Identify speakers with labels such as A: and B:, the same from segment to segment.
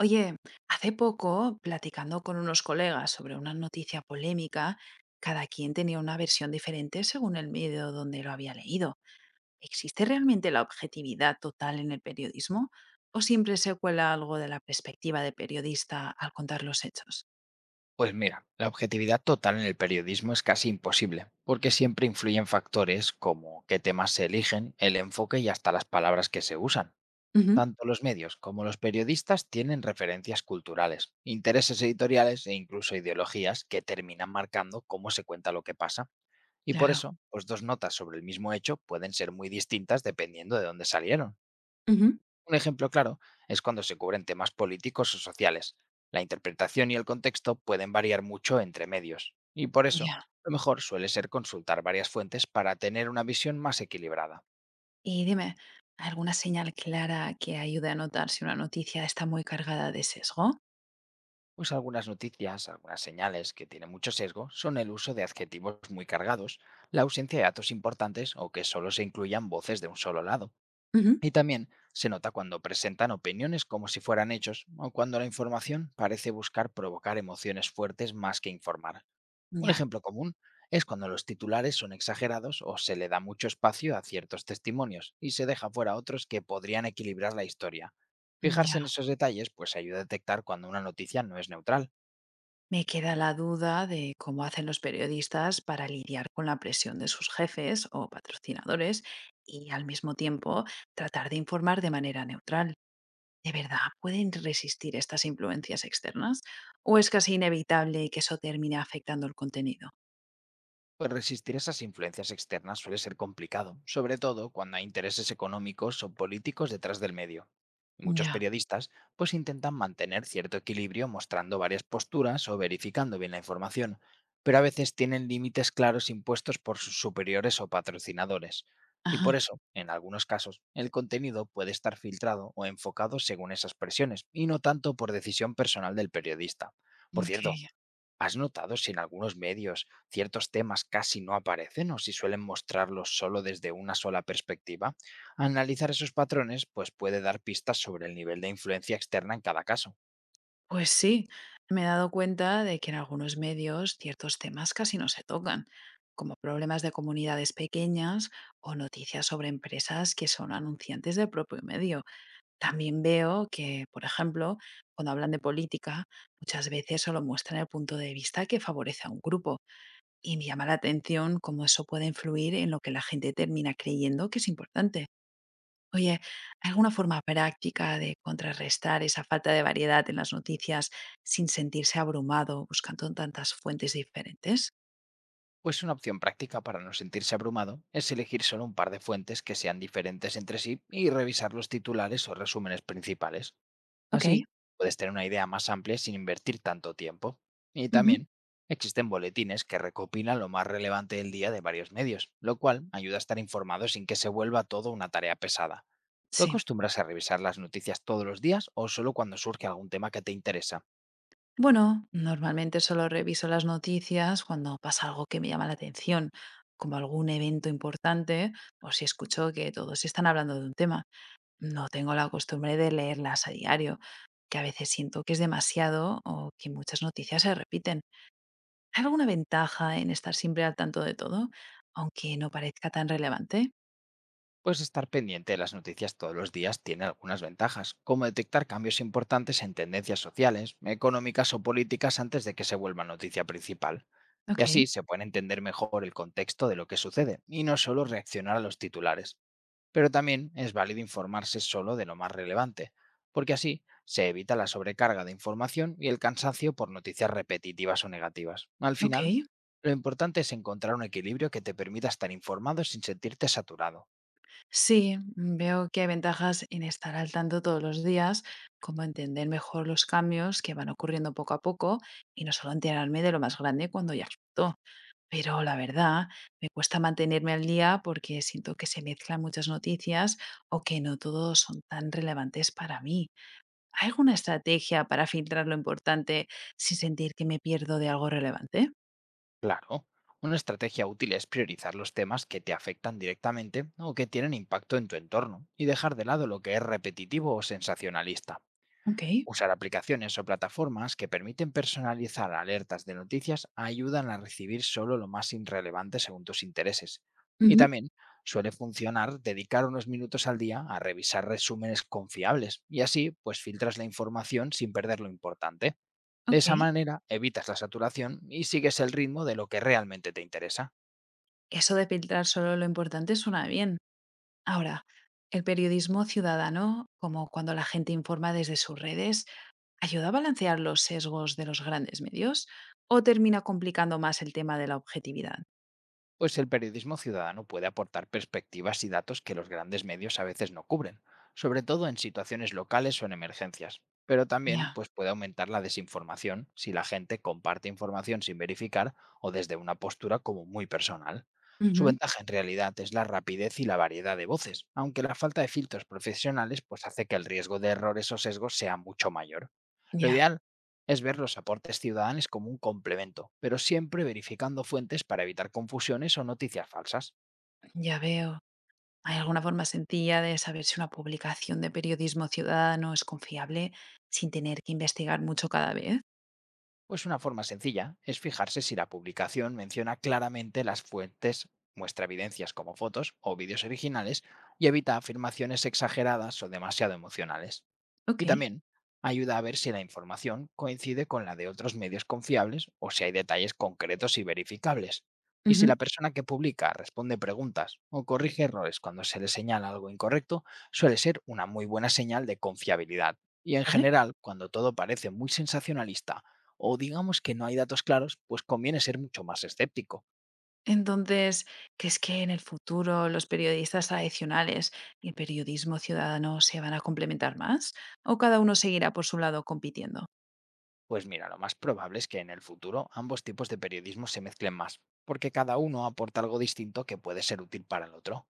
A: Oye, hace poco, platicando con unos colegas sobre una noticia polémica, cada quien tenía una versión diferente según el medio donde lo había leído. ¿Existe realmente la objetividad total en el periodismo? ¿O siempre se cuela algo de la perspectiva de periodista al contar los hechos?
B: Pues mira, la objetividad total en el periodismo es casi imposible, porque siempre influyen factores como qué temas se eligen, el enfoque y hasta las palabras que se usan.
A: Ujú,
B: Tanto los medios como los periodistas tienen referencias culturales, intereses editoriales e incluso ideologías que terminan marcando cómo se cuenta lo que pasa. Y por
A: claro.
B: eso, pues dos notas sobre el mismo hecho pueden ser muy distintas dependiendo de dónde salieron.
A: Ujú,
B: Un ejemplo claro es cuando se cubren temas políticos o sociales. La interpretación y el contexto pueden variar mucho entre medios, y por eso
A: ya.
B: lo mejor suele ser consultar varias fuentes para tener una visión más equilibrada.
A: Y dime, ¿alguna señal clara que ayude a notar si una noticia está muy cargada de sesgo?
B: Pues algunas noticias, algunas señales que tienen mucho sesgo son el uso de adjetivos muy cargados, la ausencia de datos importantes o que solo se incluyan voces de un solo lado.
A: Ujú,
B: Y también se nota cuando presentan opiniones como si fueran hechos o cuando la información parece buscar provocar emociones fuertes más que informar. Un
A: ya,
B: ejemplo común es cuando los titulares son exagerados o se le da mucho espacio a ciertos testimonios y se deja fuera otros que podrían equilibrar la historia.
A: ya.
B: Fijarse en esos detalles pues ayuda a detectar cuando una noticia no es neutral.
A: Me queda la duda de cómo hacen los periodistas para lidiar con la presión de sus jefes o patrocinadores y al mismo tiempo tratar de informar de manera neutral. ¿De verdad pueden resistir estas influencias externas? ¿O es casi inevitable que eso termine afectando el contenido?
B: Pues resistir esas influencias externas suele ser complicado, sobre todo cuando hay intereses económicos o políticos detrás del medio. Muchos
A: Ya,
B: periodistas pues intentan mantener cierto equilibrio mostrando varias posturas o verificando bien la información, pero a veces tienen límites claros impuestos por sus superiores o patrocinadores. Y
A: ajá,
B: por eso, en algunos casos, el contenido puede estar filtrado.
A: ok.
B: ¿Has notado si en algunos medios ciertos temas casi no aparecen o si suelen mostrarlos solo desde una sola perspectiva? Analizar esos patrones pues puede dar pistas sobre el nivel de influencia externa en cada caso.
A: Pues sí, me he dado cuenta de que en algunos medios ciertos temas casi no se tocan, como problemas de comunidades pequeñas o noticias sobre empresas que son anunciantes del propio medio. También veo que, por ejemplo, cuando hablan de política, muchas veces solo muestran el punto de vista que favorece a un grupo y me llama la atención cómo eso puede influir en lo que la gente termina creyendo que es importante. Oye, ¿hay ¿alguna forma práctica de contrarrestar esa falta de variedad en las noticias sin sentirse abrumado buscando tantas fuentes diferentes?
B: Pues una opción práctica para no sentirse abrumado es elegir solo un par de fuentes que sean diferentes entre sí y revisar los titulares o resúmenes principales.
A: Ok,
B: Así, puedes tener una idea más amplia sin invertir tanto tiempo. Y
A: ujú,
B: también existen boletines que recopilan lo más relevante del día de varios medios, lo cual ayuda a estar informado sin que se vuelva todo una tarea pesada. ¿Tú
A: sí.
B: acostumbras a revisar las noticias todos los días o solo cuando surge algún tema que te interesa?
A: Bueno, normalmente solo reviso las noticias cuando pasa algo que me llama la atención, como algún evento importante o si escucho que todos están hablando de un tema. No tengo la costumbre de leerlas a diario, que a veces siento que es demasiado o que muchas noticias se repiten. ¿Hay alguna ventaja en estar siempre al tanto de todo, aunque no parezca tan relevante?
B: Pues estar pendiente de las noticias todos los días tiene algunas ventajas, como detectar cambios importantes en tendencias sociales, económicas o políticas antes de que se vuelva noticia principal. Y
A: Okey,
B: así se puede entender mejor el contexto de lo que sucede y no solo reaccionar a los titulares. Pero también es válido informarse solo de lo más relevante, porque así se evita la sobrecarga de información y el cansancio por noticias repetitivas o negativas. Al final,
A: okey.
B: lo importante es encontrar un equilibrio que te permita estar informado sin sentirte saturado.
A: Sí, veo que hay ventajas en estar al tanto todos los días, como entender mejor los cambios que van ocurriendo poco a poco y no solo enterarme de lo más grande cuando ya explotó. Pero la verdad, me cuesta mantenerme al día porque siento que se mezclan muchas noticias o que no todos son tan relevantes para mí. ¿Hay alguna estrategia para filtrar lo importante sin sentir que me pierdo de algo relevante?
B: Claro, una estrategia útil es priorizar los temas que te afectan directamente o que tienen impacto en tu entorno y dejar de lado lo que es repetitivo o sensacionalista.
A: Ok,
B: Usar aplicaciones o plataformas que permiten personalizar alertas de noticias ayudan a recibir solo lo más irrelevante según tus intereses. Y
A: ujú,
B: también suele funcionar dedicar unos minutos al día a revisar resúmenes confiables y así pues filtras la información sin perder lo importante. De
A: ok.
B: esa manera evitas la saturación y sigues el ritmo de lo que realmente te interesa.
A: Eso de filtrar solo lo importante suena bien. Ahora, el periodismo ciudadano, como cuando la gente informa desde sus redes, ¿ayuda a balancear los sesgos de los grandes medios o termina complicando más el tema de la objetividad?
B: Pues el periodismo ciudadano puede aportar perspectivas y datos que los grandes medios a veces no cubren, sobre todo en situaciones locales o en emergencias. Pero también
A: Ya,
B: pues, puede aumentar la desinformación si la gente comparte información sin verificar o desde una postura como muy personal. Su
A: ujú,
B: ventaja en realidad es la rapidez y la variedad de voces, aunque la falta de filtros profesionales pues, hace que el riesgo de errores o sesgos sea mucho mayor. Lo
A: ya,
B: ideal es ver los aportes ciudadanos como un complemento, pero siempre verificando fuentes para evitar confusiones o noticias falsas.
A: ya veo. ¿Hay alguna forma sencilla de saber si una publicación de periodismo ciudadano es confiable sin tener que investigar mucho cada vez?
B: Pues una forma sencilla es fijarse si la publicación menciona claramente las fuentes, muestra evidencias como fotos o vídeos originales y evita afirmaciones exageradas o demasiado emocionales.
A: Ok,
B: Y también ayuda a ver si la información coincide con la de otros medios confiables o si hay detalles concretos y verificables. Y si
A: ujú,
B: la persona que publica responde preguntas o corrige errores cuando se le señala algo incorrecto, suele ser una muy buena señal de confiabilidad. Y en
A: ¿vale?
B: general, cuando todo parece muy sensacionalista o digamos que no hay datos claros, pues conviene ser mucho más escéptico.
A: Entonces, ¿crees que en el futuro los periodistas tradicionales y el periodismo ciudadano se van a complementar más? ¿O cada uno seguirá por su lado compitiendo?
B: Pues mira, lo más probable es que en el futuro ambos tipos de periodismo se mezclen más, porque cada uno aporta algo distinto que puede ser útil para el otro.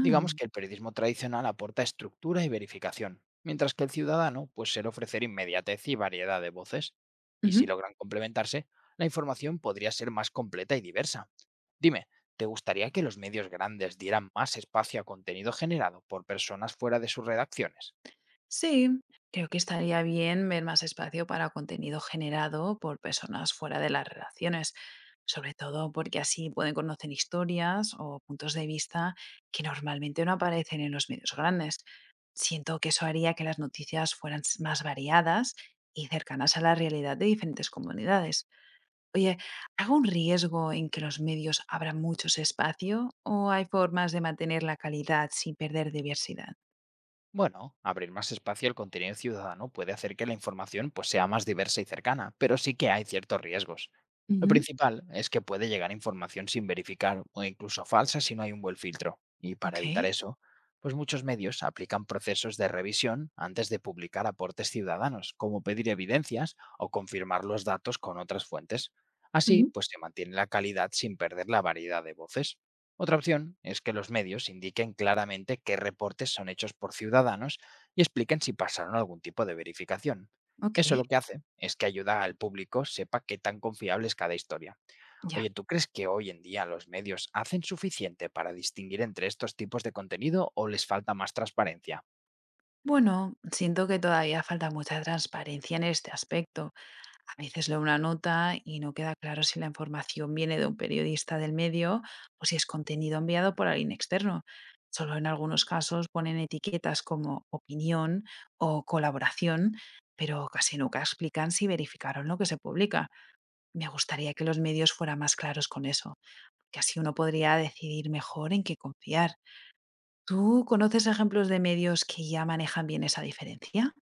B: Digamos que el periodismo tradicional aporta estructura y verificación, mientras que el ciudadano puede suele ofrecer inmediatez y variedad de voces. Y si
A: ujú.
B: logran complementarse, la información podría ser más completa y diversa. Dime, ¿te gustaría que los medios grandes dieran más espacio a contenido generado por personas fuera de sus redacciones?
A: Sí, creo que estaría bien ver más espacio para contenido generado por personas fuera de las relaciones, sobre todo porque así pueden conocer historias o puntos de vista que normalmente no aparecen en los medios grandes. Siento que eso haría que las noticias fueran más variadas y cercanas a la realidad de diferentes comunidades. Oye, ¿hago un riesgo en que los medios abran muchos espacio o hay formas de mantener la calidad sin perder diversidad?
B: Bueno, abrir más espacio al contenido ciudadano puede hacer que la información pues, sea más diversa y cercana, pero sí que hay ciertos riesgos. Lo
A: Ujú.
B: principal es que puede llegar información sin verificar o incluso falsa si no hay un buen filtro. Y para
A: Ok.
B: evitar eso, pues muchos medios aplican procesos de revisión antes de publicar aportes ciudadanos, como pedir evidencias o confirmar los datos con otras fuentes. Así, pues se mantiene la calidad sin perder la variedad de voces. Otra opción es que los medios indiquen claramente qué reportes son hechos por ciudadanos y expliquen si pasaron algún tipo de verificación.
A: Ok,
B: Eso lo que hace es que ayuda al público sepa qué tan confiable es cada historia.
A: ya.
B: Oye, ¿tú crees que hoy en día los medios hacen suficiente para distinguir entre estos tipos de contenido o les falta más transparencia?
A: Bueno, siento que todavía falta mucha transparencia en este aspecto. A veces leo una nota y no queda claro si la información viene de un periodista del medio o si es contenido enviado por alguien externo. Solo en algunos casos ponen etiquetas como opinión o colaboración, pero casi nunca explican si verificaron lo que se publica. Me gustaría que los medios fueran más claros con eso, que así uno podría decidir mejor en qué confiar. ¿Tú conoces ejemplos de medios que ya manejan bien esa diferencia?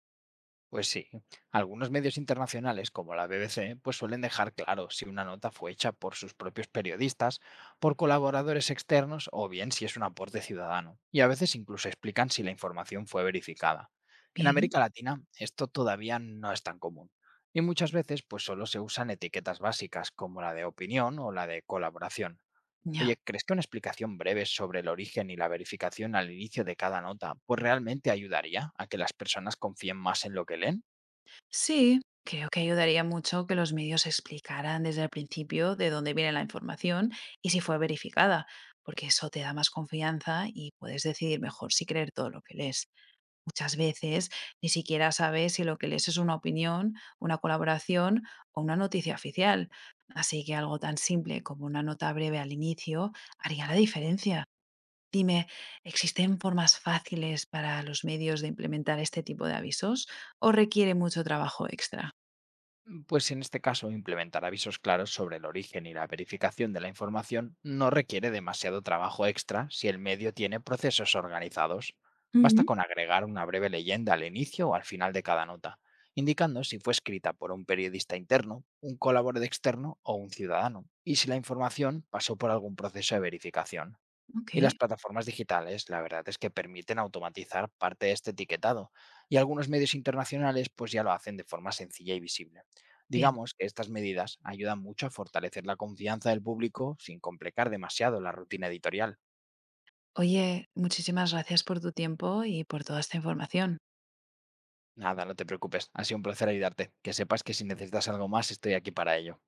B: Pues sí, algunos medios internacionales como la BBC pues suelen dejar claro si una nota fue hecha por sus propios periodistas, por colaboradores externos o bien si es un aporte ciudadano. Y a veces incluso explican si la información fue verificada. En
A: Bien,
B: América Latina esto todavía no es tan común. Y muchas veces pues solo se usan etiquetas básicas como la de opinión o la de colaboración.
A: ya.
B: Oye, ¿crees que una explicación breve sobre el origen y la verificación al inicio de cada nota pues realmente ayudaría a que las personas confíen más en lo que leen?
A: Sí, creo que ayudaría mucho que los medios explicaran desde el principio de dónde viene la información y si fue verificada, porque eso te da más confianza y puedes decidir mejor si creer todo lo que lees. Muchas veces ni siquiera sabes si lo que lees es una opinión, una colaboración o una noticia oficial. Así que algo tan simple como una nota breve al inicio haría la diferencia. Dime, ¿existen formas fáciles para los medios de implementar este tipo de avisos o requiere mucho trabajo extra?
B: Pues en este caso, implementar avisos claros sobre el origen y la verificación de la información no requiere demasiado trabajo extra si el medio tiene procesos organizados. Basta
A: Ujú.
B: con agregar una breve leyenda al inicio o al final de cada nota, indicando si fue escrita por un periodista interno, un colaborador externo o un ciudadano, y si la información pasó por algún proceso de verificación.
A: Ok,
B: Y las plataformas digitales, la verdad es que permiten automatizar parte de este etiquetado, y algunos medios internacionales pues ya lo hacen de forma sencilla y visible.
A: bien.
B: Digamos que estas medidas ayudan mucho a fortalecer la confianza del público sin complicar demasiado la rutina editorial.
A: Oye, muchísimas gracias por tu tiempo y por toda esta información.
B: Nada, no te preocupes, ha sido un placer ayudarte. Que sepas que si necesitas algo más estoy aquí para ello.